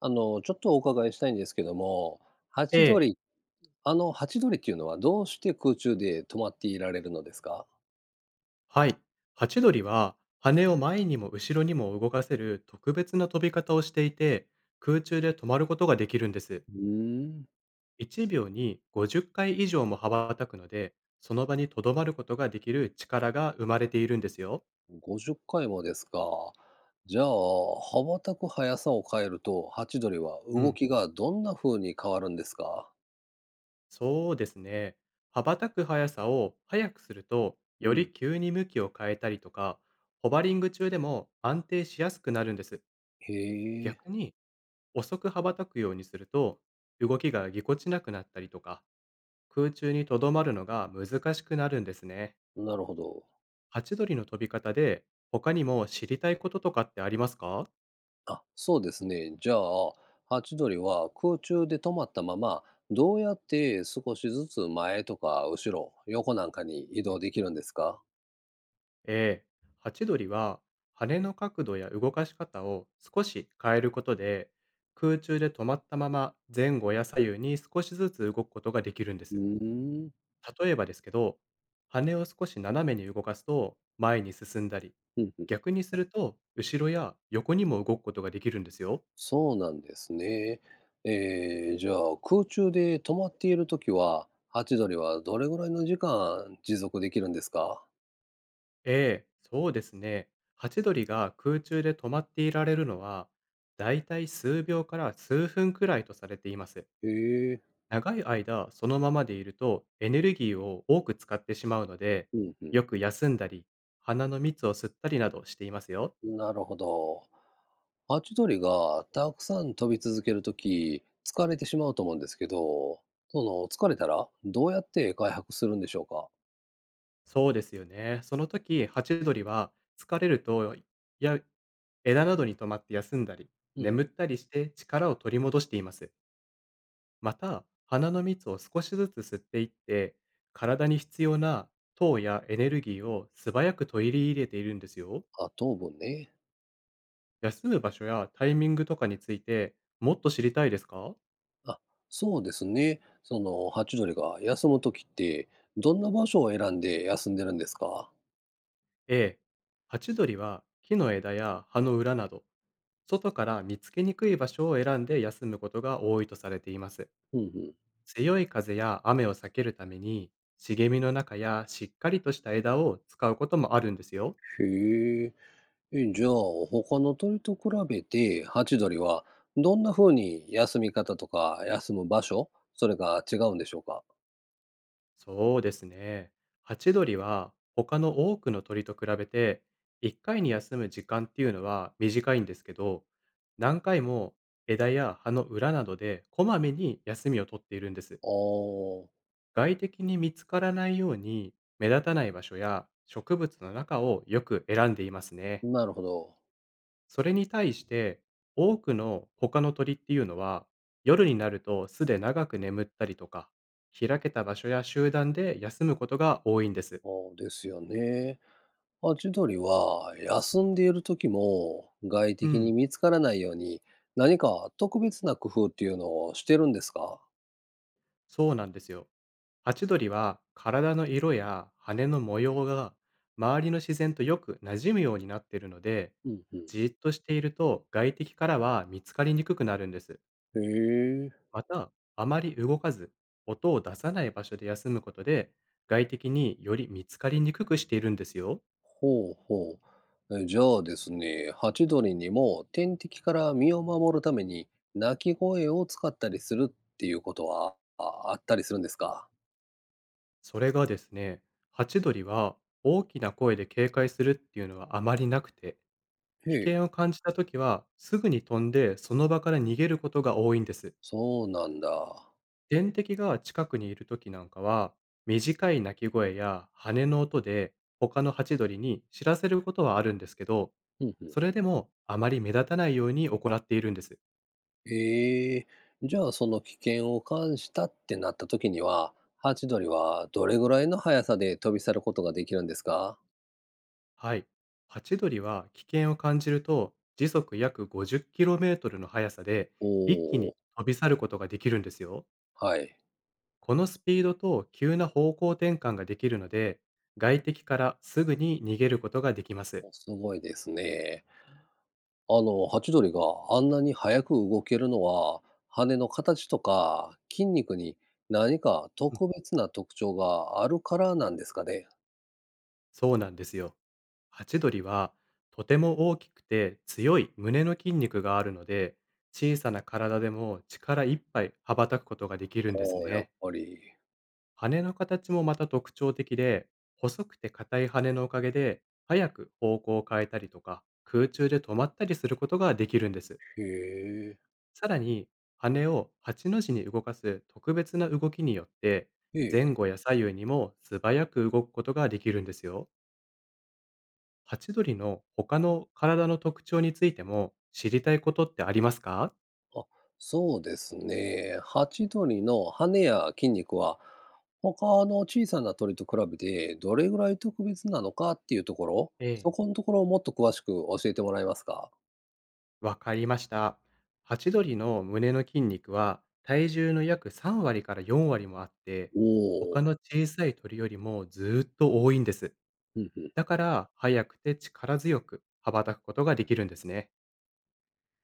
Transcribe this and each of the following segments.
ちょっとお伺いしたいんですけども、ハえチドえ、リ。ハチドリっていうのはどうして空中で止まっていられるのですか？はい。ハチドリは羽を前にも後ろにも動かせる特別な飛び方をしていて、空中で止まることができるんです。うーん、1秒に50回以上も羽ばたくので、その場に留まることができる力が生まれているんですよ。50回もですか。じゃあ、羽ばたく速さを変えると、ハチドリはう動ん。きがどんな風に変わるんですか？そうですね。羽ばたく速さを速くすると、うよん。り急に向きを変えたりとか、ホバリング中でも安定しやすくなるんです。へえ。逆に遅く羽ばたくようにすると、動きがぎこちなくなったりとか、空中にとどまるのが難しくなるんですね。なるほど。ハチドリの飛び方で、他にも知りたいこととかってありますか？あ、そうですね。じゃあ、ハチドリは空中で止まったまま、どうやって少しずつ前とか後ろ、横なんかに移動できるんですか？ええ。ハチドリは、羽の角度や動かし方を少し変えることで、空中で止まったまま前後や左右に少しずつ動くことができるんでうす。ーん。例えばですけど、羽を少し斜めに動かすと前に進んだり、うんうん。逆にすると後ろや横にも動くことができるんですよ。そうなんですね。えーじゃあ、空中で止まっているときは、ハチドリはどれぐらいの時間持続できるんですか？ええ、そうですね。ハチドリが空中で止まっていられるのは、だいたい数秒から数分くらいとされています。へえ。長い間そのままでいるとエネルギーを多く使ってしまうので、うんうよく休んだり、鼻の蜜を吸ったりなどしていますよ。ん。なるほど。ハチドリがたくさん飛び続けるとき疲れてしまうと思うんですけど、その、疲れたらどうやって回復するんでしょうか？そうですよね。その時、ハチドリは疲れると、や、枝などに止まって休んだり、うん。眠ったりして力を取り戻しています。また、花の蜜を少しずつ吸っていって、体に必要な糖やエネルギーを素早く取り入れているんですよ。あ、糖分ね。休む場所やタイミングとかについてもっと知りたいですか？あ、そうですね。その、ハチドリが休む時って、どんな場所を選んで休んでるんですか？ええ。ハチドリは木の枝や葉の裏など、外から見つけにくい場所を選んで休むことが多いとされています。うんうん。強い風や雨を避けるために、茂みの中やしっかりとした枝を使うこともあるんですよ。へえ。え、じゃあ、他の鳥と比べて、ハチドリはどんな風に休み方とか休む場所、それが違うんでしょうか？そうですね。ハチドリは他の多くの鳥と比べて、1回に休む時間っていうのは短いんですけど、何回も枝や葉の裏などでこまめに休みをとっているんです。ああ、外敵に見つからないように目立たない場所や植物の中をよく選んでいますね。なるほど。それに対して、多くの他の鳥っていうのは、夜になると巣で長く眠ったりとか、開けた場所や集団で休むことが多いんです。お、ですよね。ハチドリは休んでいる時も、外う敵にん、見つからないように、何か特別な工夫っていうのをしてるんですか？そうなんですよ。ハチドリは体の色や羽の模様が周りの自然とよく馴染むようになっているので、うんうん。じーっとしていると外敵からは見つかりにくくなるんです。へえ。また、あまり動かず、音を出さない場所で休むことで、外敵により見つかりにくくしているんですよ。ほうほう。えじゃあですね、ハチドリにも天敵から身を守るために鳴き声を使ったりするっていうことはああったりするんですか？それがですね、ハチドリは大きな声で警戒するっていうのはあまりなくて、へ危え、険を感じたときはすぐに飛んでその場から逃げることが多いんです。そうなんだ。天敵が近くにいるときなんかは、短い鳴き声や羽の音で他のハチドリに知らせることはあるんですけど、うんうん。それでもあまり目立たないように行っているんです。へえ。じゃあその危険を感したってなった時には、ハチドリはどれぐらいの速さで飛び去ることができるんですか？はい。ハチドリは危険を感じると時速約 50km の速さでお一気おにー、飛び去ることができるんですよ。はい。このスピードと急な方向転換ができるので、外敵からすぐに逃げることができます。おすごいですね。あの、ハチドリがあんなに早く動けるのは、羽の形とか筋肉に何かうん、特別な特徴があるからなんですかね。そうなんですよ。ハチドリはとても大きくて強い胸の筋肉があるので、小さな体でも力いっぱい羽ばたくことができるんですああ、やっね。ぱり。羽の形もまた特徴的で、細くて硬い羽のおかげで、早く方向を変えたりとか、空中で止まったりすることができるんです。へえ。さらに、羽を8の字に動かす特別な動きによって、え前え。後や左右にも素早く動くことができるんですよ。ハチドリの他の体の特徴についても知りたいことってありますか？あ、そうですね。ハチドリの羽や筋肉は、他の小さな鳥と比べてどれぐらい特別なのかっていうところ、ええ、そこのところをもっと詳しく教えてもらえますか。わかりました。ハチドリの胸の筋肉は体重の約3割から4割もあって、おお他ー。の小さい鳥よりもずーっと多いんです。うんうん。だから速くて力強く羽ばたくことができるんですね。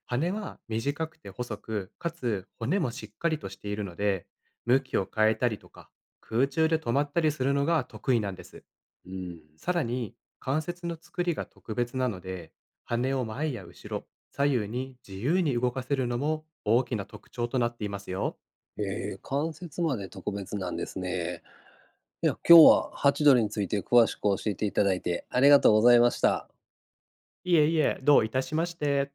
羽は短くて細く、かつ骨もしっかりとしているので、向きを変えたりとか、空中で止まったりするのが得意なんです。うん。さらに関節の作りが特別なので、羽を前や後ろ、左右に自由に動かせるのも大きな特徴となっていますよ。えー関節まで特別なんですね。いや、今日はハチドリについて詳しく教えていただいてありがとうございました。いえいえ、どういたしまして。